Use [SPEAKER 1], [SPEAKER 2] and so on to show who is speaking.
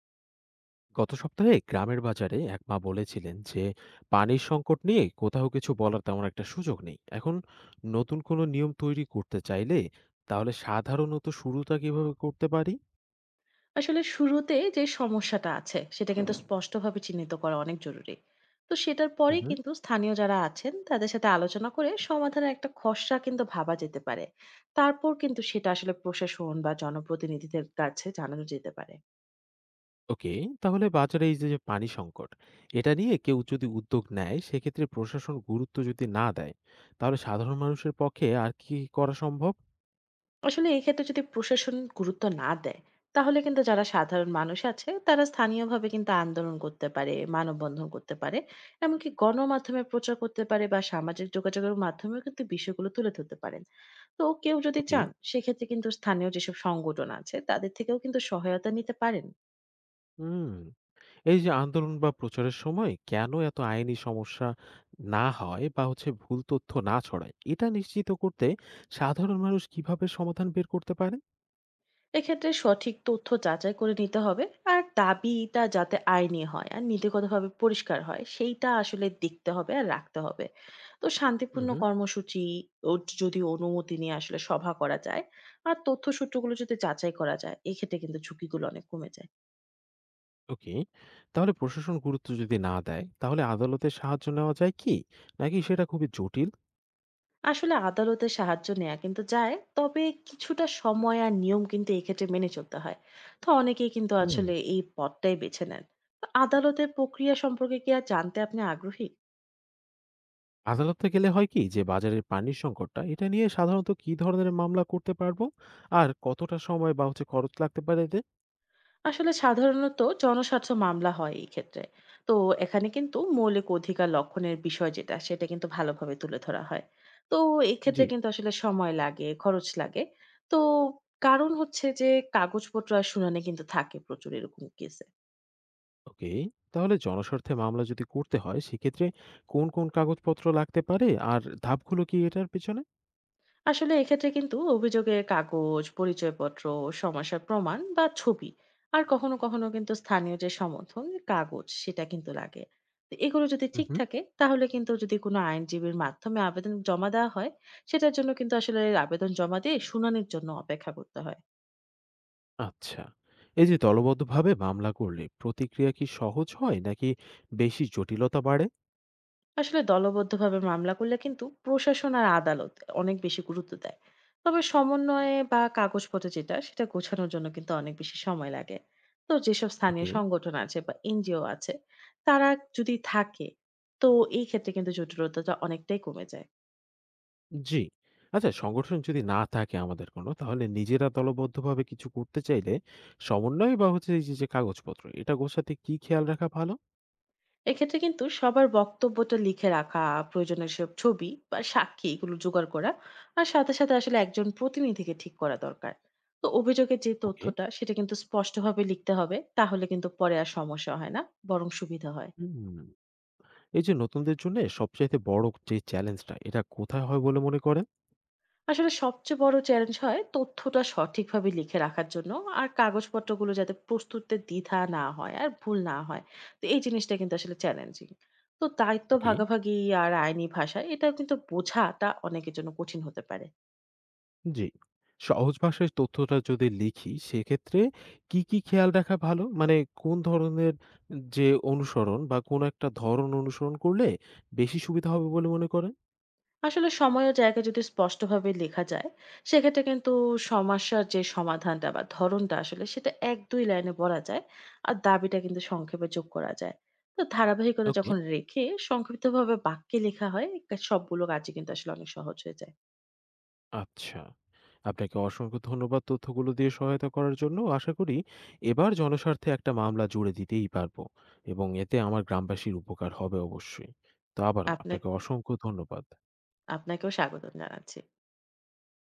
[SPEAKER 1] গত সপ্তাহে গ্রামের বাজারে এক মা বলেছিলেন যে পানির সংকট নিয়ে কোথাও কিছু বলার তেমন একটা সুযোগ নেই এখন। নতুন কোনো নিয়ম তৈরি করতে চাইলে তাহলে সাধারণত শুরুটা কিভাবে করতে পারি?
[SPEAKER 2] আসলে শুরুতে যে সমস্যাটা আছে সেটা কিন্তু স্পষ্টভাবে চিহ্নিত করা অনেক জরুরি। তো সেটার পরেই
[SPEAKER 1] হুম।
[SPEAKER 2] কিন্তু স্থানীয় যারা আছেন তাদের সাথে আলোচনা করে সমাধানের একটা খসড়া কিন্তু ভাবা যেতে পারে। তারপর কিন্তু সেটা আসলে প্রশাসন বা জনপ্রতিনিধিদের কাছে জানানো যেতে পারে।
[SPEAKER 1] ওকে। তাহলে বাজারে এই যে যে পানি সংকট এটা নিয়ে কেউ যদি উদ্যোগ নেয় সেক্ষেত্রে প্রশাসন গুরুত্ব যদি না দেয় তাহলে সাধারণ মানুষের পক্ষে আর কি করা সম্ভব?
[SPEAKER 2] আসলে এই ক্ষেত্রে যদি প্রশাসন গুরুত্ব না দেয়, তাহলে কিন্তু যারা সাধারণ মানুষ আছে তারা স্থানীয়ভাবে কিন্তু আন্দোলন করতে পারে, মানববন্ধন করতে পারে, এমনকি গণমাধ্যমে প্রচার করতে পারে বা সামাজিক যোগাযোগের মাধ্যমেও কিন্তু বিষয়গুলো তুলে ধরতে পারেন। তো কেউ যদি
[SPEAKER 1] ওকে।
[SPEAKER 2] চান, সেক্ষেত্রে কিন্তু স্থানীয় যেসব সংগঠন আছে তাদের থেকেও কিন্তু সহায়তা নিতে পারেন।
[SPEAKER 1] হুম। এই যে আন্দোলন বা প্রচারের সময় কেন এত আইনি সমস্যা না হয় বা হচ্ছে ভুল তথ্য না ছড়ায় এটা নিশ্চিত করতে সাধারণ মানুষ কিভাবে সমাধান বের করতে পারে?
[SPEAKER 2] এক্ষেত্রে সঠিক তথ্য যাচাই করে নিতে হবে। আর দাবিটা যাতে আইনি হয় আর নীতিগতভাবে পরিষ্কার হয়, সেইটা আসলে দেখতে হবে আর রাখতে হবে। তো শান্তিপূর্ণ
[SPEAKER 1] হুম।
[SPEAKER 2] কর্মসূচি ও যদি অনুমতি নিয়ে আসলে সভা করা যায়, আর তথ্য সূত্রগুলো যদি যাচাই করা যায়, এক্ষেত্রে কিন্তু ঝুঁকিগুলো অনেক কমে যায়।
[SPEAKER 1] ওকে। তাহলে প্রশাসন গুরুত্ব যদি না দেয় তাহলে আদালতের সাহায্য নেওয়া যায় কি নাকি সেটা খুবই জটিল?
[SPEAKER 2] আসলে আদালতের সাহায্য নেওয়া কিন্তু যায়, তবে কিছুটা সময় আর নিয়ম কিন্তু এক্ষেত্রে মেনে চলতে হয়। তো অনেকেই কিন্তু
[SPEAKER 1] হুম।
[SPEAKER 2] আসলে এই পথটাই বেছে নেন। তো আদালতের প্রক্রিয়া সম্পর্কে কি আর জানতে আপনি আগ্রহী?
[SPEAKER 1] আদালতে গেলে হয় কি যে বাজারের পানির সংকটটা এটা নিয়ে সাধারণত কি ধরনের মামলা করতে পারবো আর কতটা সময় বা হচ্ছে খরচ লাগতে পারে এতে?
[SPEAKER 2] আসলে সাধারণত জনস্বার্থ মামলা হয় এই ক্ষেত্রে। তো এখানে কিন্তু মৌলিক অধিকার লঙ্ঘনের বিষয় যেটা সেটা কিন্তু ভালোভাবে তুলে ধরা হয়। তো এক্ষেত্রে
[SPEAKER 1] জি।
[SPEAKER 2] কিন্তু আসলে সময় লাগে, খরচ লাগে। তো কারণ হচ্ছে যে কাগজপত্র আর শুনানি কিন্তু থাকে প্রচুর এরকম কেসে।
[SPEAKER 1] ওকে। তাহলে জনস্বার্থে মামলা যদি করতে হয় সেক্ষেত্রে কোন কোন কাগজপত্র লাগতে পারে আর ধাপগুলো কি এটার পেছনে?
[SPEAKER 2] আসলে এক্ষেত্রে কিন্তু অভিযোগের কাগজ, পরিচয়পত্র, সমস্যার প্রমাণ বা ছবি, আর কখনো কখনো কিন্তু স্থানীয় যে সমর্থন কাগজ সেটা কিন্তু লাগে। তো এগুলো যদি ঠিক
[SPEAKER 1] হুম।
[SPEAKER 2] থাকে, তাহলে কিন্তু যদি কোনো আইনজীবীর মাধ্যমে আবেদন জমা দেওয়া হয়, সেটার জন্য কিন্তু আসলে আবেদন জমা দিয়ে শুনানির জন্য অপেক্ষা করতে হয়।
[SPEAKER 1] আচ্ছা। এই যে দলবদ্ধভাবে মামলা করলে প্রতিক্রিয়া কি সহজ হয় নাকি বেশি জটিলতা বাড়ে?
[SPEAKER 2] আসলে দলবদ্ধভাবে মামলা করলে কিন্তু প্রশাসন আর আদালত অনেক বেশি গুরুত্ব দেয়, তবে সমন্বয়ে বা কাগজপত্রে যেটা সেটা গোছানোর জন্য কিন্তু অনেক বেশি সময় লাগে। তো যেসব স্থানীয়
[SPEAKER 1] ওকে।
[SPEAKER 2] সংগঠন আছে বা এনজিও আছে, তারা যদি থাকে, তো এই ক্ষেত্রে কিন্তু জটিলতাটা অনেকটাই কমে যায়।
[SPEAKER 1] জি। আচ্ছা। সংগঠন যদি না থাকে আমাদের কোনো তাহলে নিজেরা দলবদ্ধভাবে কিছু করতে চাইলে সমন্বয় বা হচ্ছে এই যে যে কাগজপত্র এটা গোছাতে কি খেয়াল রাখা ভালো?
[SPEAKER 2] এক্ষেত্রে কিন্তু সবার বক্তব্যটা লিখে রাখা, প্রয়োজনীয় সব ছবি বা সাক্ষী এগুলো জোগাড় করা, আর সাথে সাথে আসলে একজন প্রতিনিধিকে ঠিক করা দরকার। তো অভিযোগের যে
[SPEAKER 1] ওকে।
[SPEAKER 2] তথ্যটা সেটা কিন্তু স্পষ্টভাবে লিখতে হবে, তাহলে কিন্তু পরে আর সমস্যা হয় না, বরং সুবিধা হয়।
[SPEAKER 1] হুম। এই যে নতুনদের জন্য সবচাইতে বড় যে চ্যালেঞ্জটা এটা কোথায় হয় বলে মনে করেন?
[SPEAKER 2] আসলে সবচেয়ে বড় চ্যালেঞ্জ হয় তথ্যটা সঠিকভাবে লিখে রাখার জন্য, আর কাগজপত্রগুলো যাতে প্রস্তুতে দ্বিধা না হয় আর ভুল না হয়। তো এই জিনিসটা কিন্তু আসলে চ্যালেঞ্জিং। তো দায়িত্ব
[SPEAKER 1] ওকে।
[SPEAKER 2] ভাগাভাগি আর আইনি ভাষা এটা কিন্তু বোঝাটা অনেকের জন্য কঠিন হতে পারে।
[SPEAKER 1] জি। সহজ ভাষায় তথ্যটা যদি লিখি সেক্ষেত্রে কি কি খেয়াল রাখা ভালো, মানে কোন ধরনের যে অনুসরণ বা কোন একটা ধরন অনুসরণ করলে বেশি সুবিধা হবে বলে মনে করেন?
[SPEAKER 2] আসলে সময় ও জায়গা যদি স্পষ্টভাবে লেখা যায়, সেক্ষেত্রে কিন্তু সমস্যার যে সমাধানটা বা ধরনটা আসলে সেটা ১-২ লাইনে বলা যায়। আর দাবিটা কিন্তু সংক্ষেপে যোগ করা যায়। তো ধারাবাহিকতা
[SPEAKER 1] ওকে।
[SPEAKER 2] যখন রেখে সংক্ষিপ্তভাবে বাক্যে লেখা হয়, সবগুলো কাজই কিন্তু আসলে অনেক সহজ হয়ে যায়।
[SPEAKER 1] আচ্ছা। আপনাকে অসংখ্য ধন্যবাদ তথ্যগুলো দিয়ে সহায়তা করার জন্য। আশা করি এবার জনস্বার্থে একটা মামলা জুড়ে দিতেই পারবো এবং এতে আমার গ্রামবাসীর উপকার হবে অবশ্যই। তো আবারও
[SPEAKER 2] আপনাক
[SPEAKER 1] আপনাকে অসংখ্য ধন্যবাদ।
[SPEAKER 2] আপনাকেও স্বাগতম জানাচ্ছি।